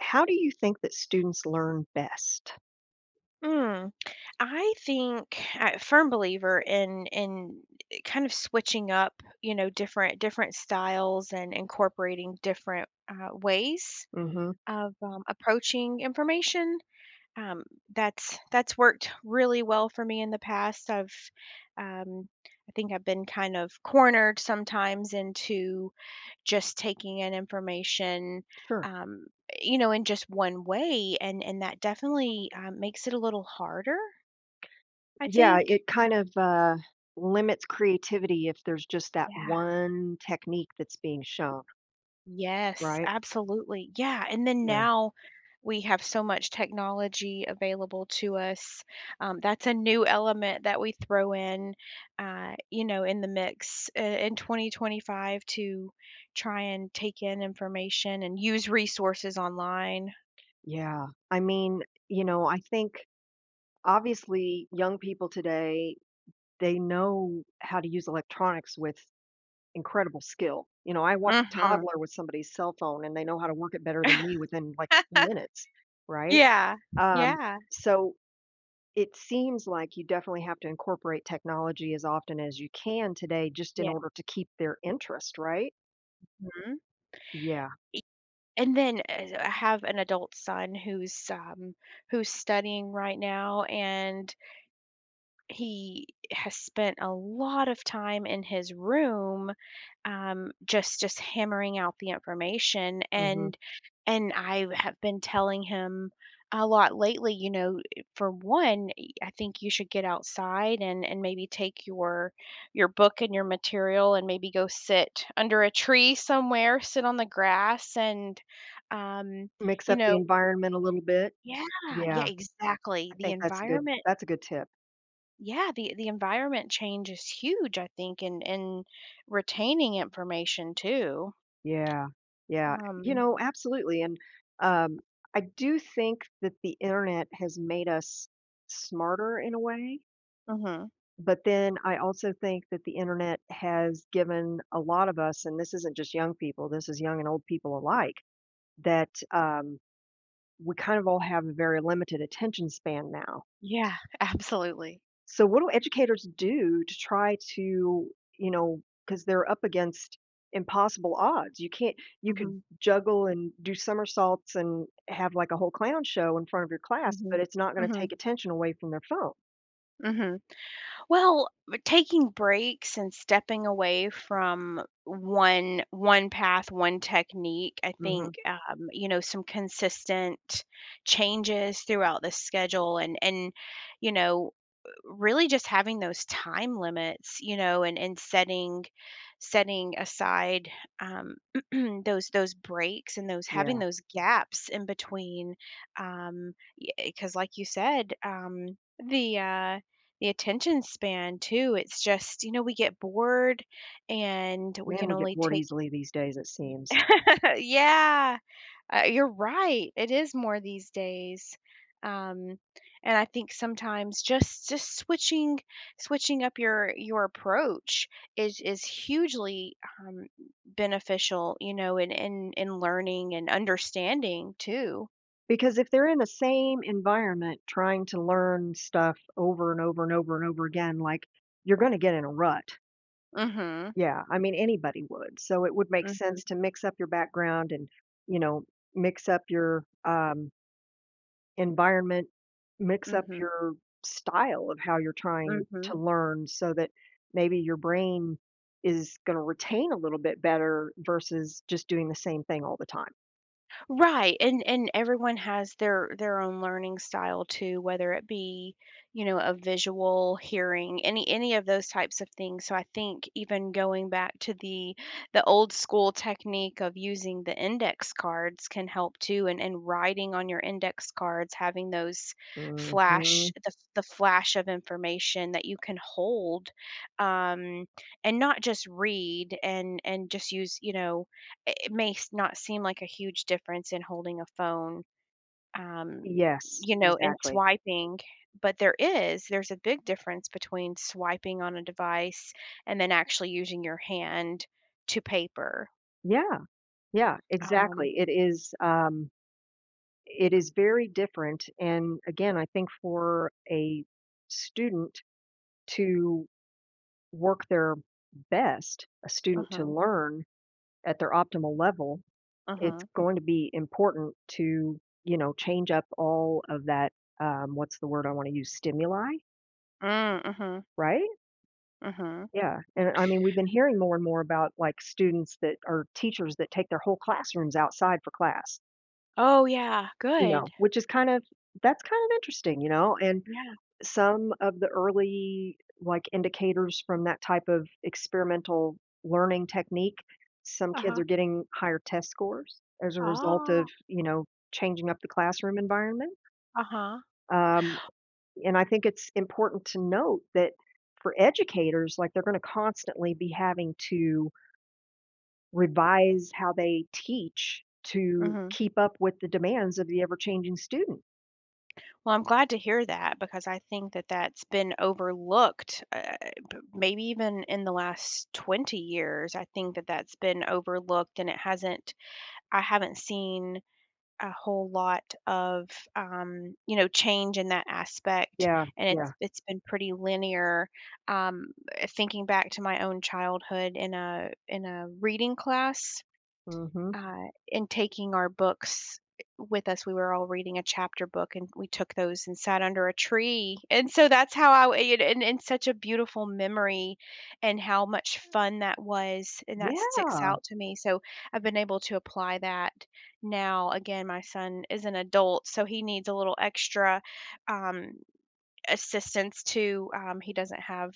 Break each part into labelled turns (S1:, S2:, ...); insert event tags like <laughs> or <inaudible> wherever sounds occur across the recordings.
S1: How do you think that students learn best?
S2: Mm, I think I'm a firm believer in kind of switching up, you know, different styles and incorporating different ways
S1: Mhm.
S2: of approaching information. Um, that's worked really well for me in the past. Um, I think I've been kind of cornered sometimes into just taking in information
S1: Sure.
S2: um, you know in just one way and that definitely makes it a little harder I
S1: Yeah,
S2: think,
S1: it kind of, limits creativity if there's just that
S2: yeah.
S1: one technique that's being shown,
S2: Yes,
S1: right?
S2: absolutely. Yeah, and then
S1: Yeah.
S2: now we have so much technology available to us. That's a new element that we throw in, you know, in the mix in 2025 to try and take in information and use resources online.
S1: Yeah. I mean, you know, I think obviously young people today, they know how to use electronics with incredible skill. You know, I watch a
S2: Mhm.
S1: toddler with somebody's cell phone and they know how to work it better than me within, like, two
S2: <laughs>
S1: minutes, right?
S2: Yeah.
S1: Um,
S2: Yeah.
S1: so it seems like you definitely have to incorporate technology as often as you can today just in
S2: Yeah.
S1: order to keep their interest, right?
S2: Mhm.
S1: Yeah,
S2: And then, I have an adult son who's, who's studying right now, and he has spent a lot of time in his room, just hammering out the information,
S1: mhm.
S2: and I have been telling him a lot lately, you know, for one, I think you should get outside and maybe take your book and your material and maybe go sit under a tree somewhere, sit on the grass and, um,
S1: Mix
S2: you
S1: up the
S2: know,
S1: environment a little bit.
S2: yeah, yeah,
S1: Yeah,
S2: exactly.
S1: I
S2: The
S1: think
S2: environment,
S1: that's a good tip.
S2: yeah, the environment change is huge, I think, in retaining information too.
S1: Yeah, yeah. You
S2: Um,
S1: know, absolutely, and, um, I do think that the internet has made us smarter in a way,
S2: mhm.
S1: but then I also think that the internet has given a lot of us, and this isn't just young people, this is young and old people alike, that, we kind of all have a very limited attention span now.
S2: Yeah, <laughs> absolutely.
S1: So what do educators do to try to, you know, because they're up against impossible odds. You can't You could
S2: Mhm,
S1: juggle and do somersaults and have like a whole clown show in front of your class,
S2: mhm,
S1: but it's not going to
S2: mhm,
S1: take attention away from their phone.
S2: mhm. Well, but taking breaks and stepping away from one path, one technique, I think,
S1: Hmm.
S2: you know, some consistent changes throughout the schedule and, you know, really just having those time limits, you know, and setting setting aside, um, <clears throat> those breaks and those having
S1: Yeah.
S2: those gaps in between um because like you said, the uh the attention span too, it's just, you know, we get bored and we
S1: Man,
S2: can
S1: we get
S2: only
S1: bored
S2: take.
S1: easily these days, it seems.
S2: <laughs> Yeah, you're right. It is more these days. Um, and I think sometimes just switching switching up your approach is hugely, beneficial, you know, in learning and understanding too.
S1: Because if they're in the same environment trying to learn stuff over and over and over and over again, like, you're going to get in a rut.
S2: Mhm.
S1: Yeah, I mean, anybody would. So it would make
S2: Mhm.
S1: sense to mix up your background and, you know, mix up your environment, mix up
S2: Mhm.
S1: your style of how you're trying
S2: Mhm.
S1: to learn so that maybe your brain is going to retain a little bit better versus just doing the same thing all the time.
S2: Right, and everyone has their own learning style too, whether it be, you know, a visual, hearing, any of those types of things. So I think even going back to the old school technique of using the index cards can help too, and writing on your index cards, having those flash
S1: Hmm.
S2: the flash of information that you can hold, um, and not just read and just use, you know, it may s not seem like a huge difference in holding a phone, um,
S1: Yes,
S2: you know, and
S1: exactly.
S2: swiping, but there is. There's a big difference between swiping on a device and then actually using your hand to paper.
S1: Yeah, yeah,
S2: Um,
S1: exactly. It is very different. And again, I think for a student to work their best, a student to
S2: mhm,
S1: learn at their optimal level, it's
S2: mhm.
S1: going to be important to, you know, change up all of that, what's the word I want to use? Stimuli,
S2: Mm,
S1: right?
S2: uh huh.
S1: Yeah. And I mean, we've been hearing more and more about like students that are teachers that take their whole classrooms outside for class,
S2: Oh, yeah,
S1: you know,
S2: good.
S1: which is kind of, that's kind of interesting, you know, and
S2: Yeah,
S1: some of the early, like, indicators from that type of experimental learning technique, some kids
S2: uh-huh.
S1: are getting higher test scores as a result
S2: Oh,
S1: of, you know, changing up the classroom environment.
S2: uh-huh,
S1: Um, and I think it's important to note that for educators, like, they're gonna constantly be having to revise how they teach to
S2: mhm.
S1: keep up with the demands of the ever-changing student.
S2: Well, I'm glad to hear that because I think that that's been overlooked, maybe even in the last 20 years. I think that that's been overlooked and it hasn't, I haven't seen a whole lot of, you know, change in that aspect.
S1: Yeah,
S2: And
S1: yeah.
S2: it's been pretty linear. Um, Thinking back to my own childhood in in a reading class,
S1: Mhm.
S2: uh, and taking our books with us. We were all reading a chapter book, and we took those and sat under a tree. And so that's how I it, and such a beautiful memory, and how much fun that was, and that sticks
S1: Yeah.
S2: out to me. So I've been able to apply that now. Again, my son is an adult, so he needs a little extra. Um, assistance to, he doesn't have,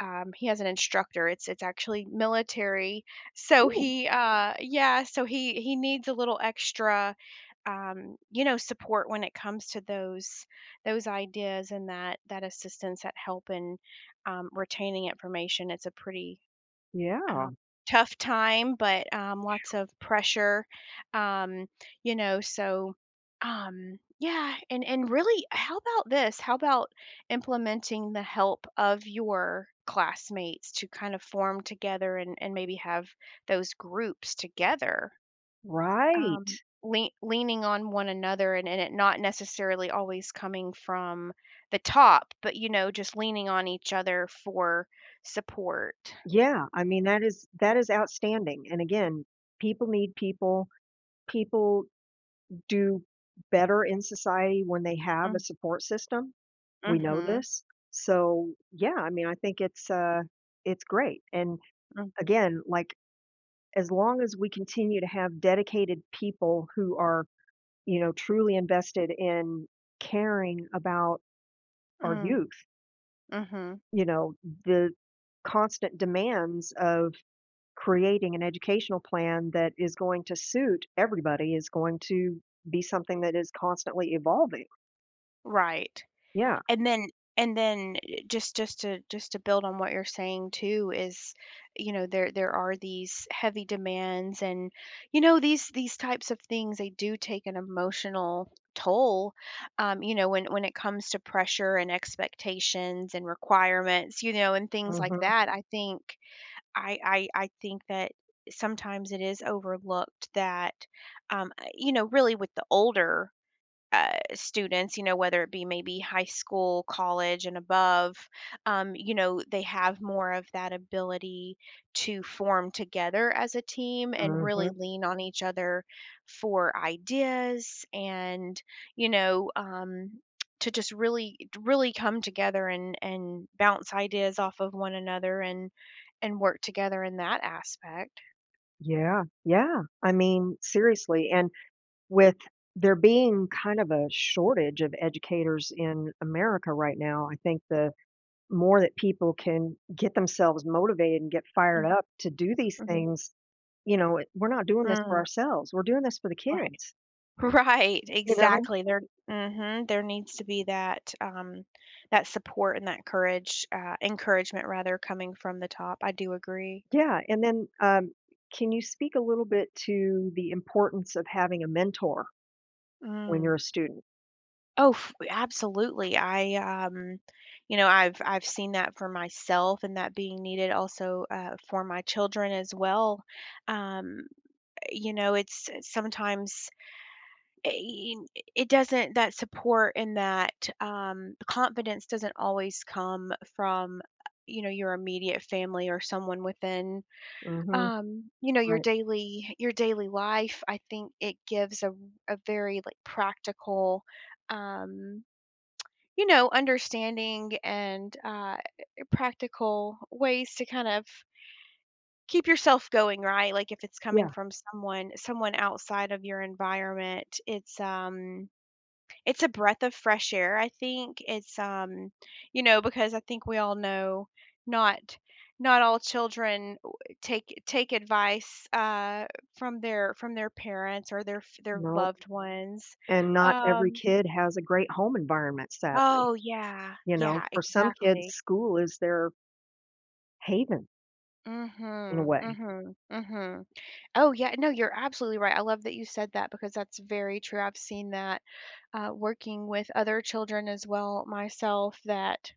S2: he has an instructor, it's actually military, so
S1: Ooh,
S2: he yeah, so he needs a little extra, you know, support when it comes to those ideas and that that assistance, that help in, retaining information. It's a pretty,
S1: yeah.
S2: um, tough time, but, lots of pressure, um, you know, so, yeah, and really, how about this? How about implementing the help of your classmates to kind of form together and maybe have those groups together,
S1: Right.
S2: um, leaning on one another and it not necessarily always coming from the top, but, you know, just leaning on each other for support.
S1: Yeah, I mean, that is outstanding, and again, people need people. People do better in society when they have a
S2: Mm,
S1: support system. We know
S2: mhm,
S1: this. So, yeah, I mean, I think it's great, and
S2: mhm.
S1: again, like, as long as we continue to have dedicated people who are, you know, truly invested in caring about our
S2: Mm,
S1: youth,
S2: mhm,
S1: you know, the constant demands of creating an educational plan that is going to suit everybody is going to be something that is constantly evolving.
S2: right,
S1: Yeah.
S2: and then and then just to build on what you're saying too is, you know, there are these heavy demands and, you know, these types of things, they do take an emotional toll, you know, when it comes to pressure and expectations and requirements, you know, and things like
S1: Mhm.
S2: that. I think I think that sometimes it is overlooked that, you know, really with the older students, you know, whether it be maybe high school, college, and above, you know, they have more of that ability to form together as a team and really
S1: Mhm.
S2: lean on each other for ideas and, you know, to just really come together and bounce ideas off of one another and work together in that aspect.
S1: Yeah. Yeah. I mean, seriously, and with there being kind of a shortage of educators in America right now, I think the more that people can get themselves motivated and get fired
S2: Mm,
S1: up to do these
S2: mm-hmm.
S1: things, you know, it, we're not doing this for
S2: Mm,
S1: ourselves. We're doing this for the
S2: right.
S1: kids,
S2: Right,
S1: you know?
S2: exactly, there mhm, there needs to be that, that support and that encouragement rather coming from the top, I do agree.
S1: Yeah, and then, can you speak a little bit to the importance of having a mentor when
S2: Mm.
S1: you're a student?
S2: Oh, f absolutely, you know, I've seen that for myself and that being needed also, for my children as well, um, you know, it's sometimes it it doesn't, that support and that, confidence doesn't always come from, you know, your immediate family or someone within,
S1: Mhm,
S2: you know, your
S1: right.
S2: daily life. I think it gives a very like practical, um, you know, understanding and, practical ways to kind of keep yourself going, right? Like, if it's coming
S1: Yeah,
S2: from someone outside of your environment, it's a breath of fresh air, I think. It's, you know, because I think we all know, not not all children take advice from their parents or their f- their
S1: no,
S2: loved ones.
S1: and not every
S2: Um,
S1: kid has a great home environment, sadly,
S2: oh yeah,
S1: you know?
S2: yeah,
S1: For some kids,
S2: exactly.
S1: school is their haven in a
S2: Mhm,
S1: way.
S2: mhm, mhm. Oh yeah, no, you're absolutely right. I love that you said that because that's very true. I've seen that, working with other children as well myself. That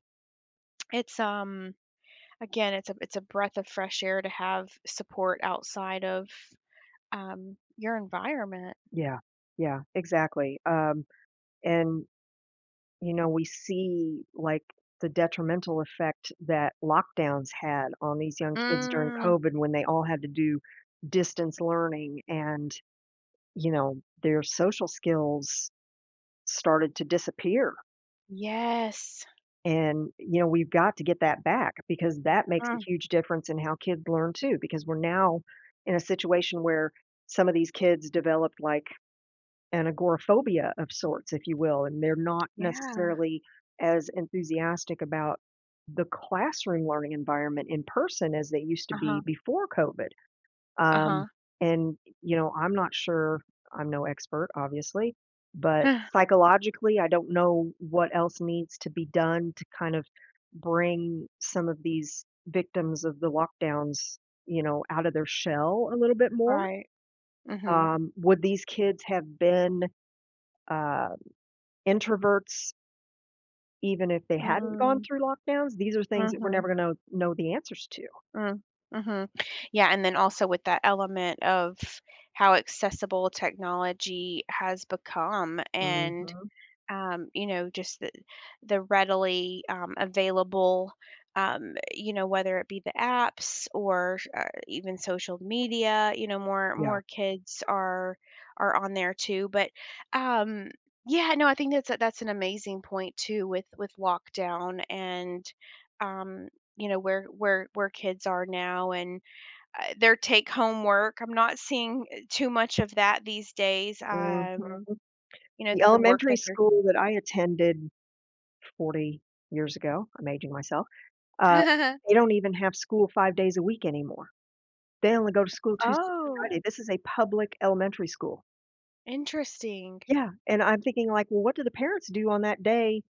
S2: it's again, it's a breath of fresh air to have support outside of, your environment.
S1: Yeah. Yeah, exactly, and, you know, we see, like, the detrimental effect that lockdowns had on these young kids during
S2: Mm.
S1: COVID when they all had to do distance learning and, you know, their social skills started to disappear.
S2: Yes.
S1: And, you know, we've got to get that back because that makes a
S2: Mm.
S1: huge difference in how kids learn too, because we're now in a situation where some of these kids developed like an agoraphobia of sorts, if you will, and they're not
S2: Yeah.
S1: necessarily as enthusiastic about the classroom learning environment in person as they used to
S2: Uh-huh,
S1: be before COVID.
S2: uh-huh.
S1: Um, and, you know, I'm not sure I'm no expert, obviously, but
S2: <sighs>
S1: psychologically, I don't know what else needs to be done to kind of bring some of these victims of the lockdowns, you know, out of their shell a little bit more.
S2: Right. Mhm.
S1: Would these kids have been uh, introverts even if they hadn't gone
S2: Mm.
S1: through lockdowns? These are things that we're
S2: Mhm.
S1: never going to know the answers to.
S2: Mm. Mhm. Yeah, and then also with that element of how accessible technology has become, and,
S1: Mhm.
S2: you know, just the readily, available, you know, whether it be the apps or, even social media. You know, more
S1: Yeah.
S2: more kids are on there too. But, um, yeah, no, I think that's that's an amazing point too with lockdown and. Um, you know, where kids are now and, their take home work, I'm not seeing too much of that these days,
S1: Mhm.
S2: you know,
S1: The
S2: the work
S1: elementary
S2: that
S1: school that I attended 40 years ago, I'm aging myself, uh,
S2: they're. <laughs>
S1: they don't even have school 5 days a week anymore. They only go to school Tuesday through
S2: Oh,
S1: Friday. This is a public elementary school.
S2: interesting.
S1: Yeah, and I'm thinking like, "Well, what do the parents do on that day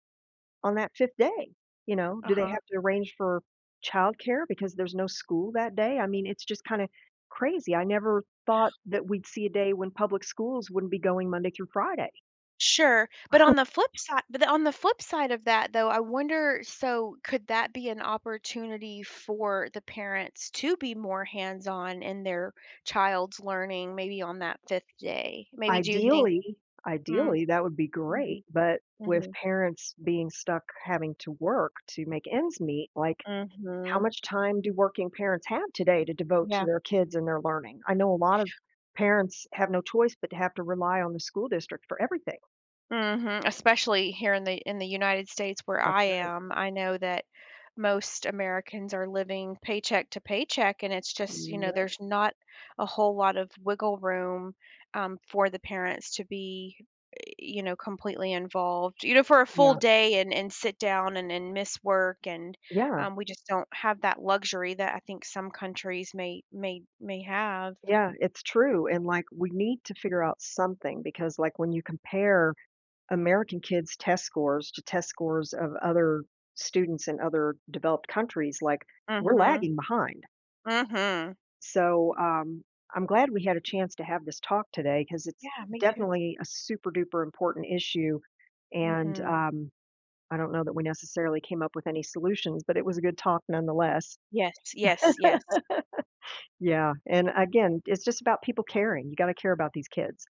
S1: on that 5th day?" You know, do they
S2: Uh-huh.
S1: have to arrange for childcare because there's no school that day? I mean, it's just kinda crazy. I never thought that we'd see a day when public schools wouldn't be going Monday through Friday.
S2: Sure, but on the flip side of that, though, I wonder, so could that be an opportunity for the parents to be more hands-on in their child's learning maybe on that 5th day? Maybe do you think.
S1: Ideally
S2: Mm,
S1: Ideally, that would be
S2: mhm,
S1: great, but with
S2: mhm,
S1: parents being stuck having to work to make ends meet, like, how
S2: mhm.
S1: much time do working parents have today to devote to
S2: Yeah.
S1: their kids and their learning? I know a lot of parents have no choice but to have to rely on the school district for everything.
S2: Mhm, especially here in the United States where
S1: That's
S2: I
S1: right.
S2: am, I know that most Americans are living paycheck to paycheck, and it's just, you know,
S1: Yep,
S2: there's not a whole lot of wiggle room, for the parents to be, you know, completely involved, you know, for a full
S1: yeah.
S2: day and sit down and miss work, and,
S1: Yeah,
S2: we just don't have that luxury that I think some countries may have.
S1: yeah, it's true, and, like, we need to figure out something because, like, when you compare American kids' test scores to test scores of other students in other developed countries, like, we're
S2: Mhm,
S1: lagging behind.
S2: mhm.
S1: So, I'm glad we had a chance to have this talk today because it's
S2: Yeah, me too.
S1: definitely a super duper important issue, and,
S2: Mhm.
S1: I don't know that we necessarily came up with any solutions, but it was a good talk nonetheless.
S2: Yes, yes, yes.
S1: Yeah, and again, it's just about people caring. You gotta care about these kids.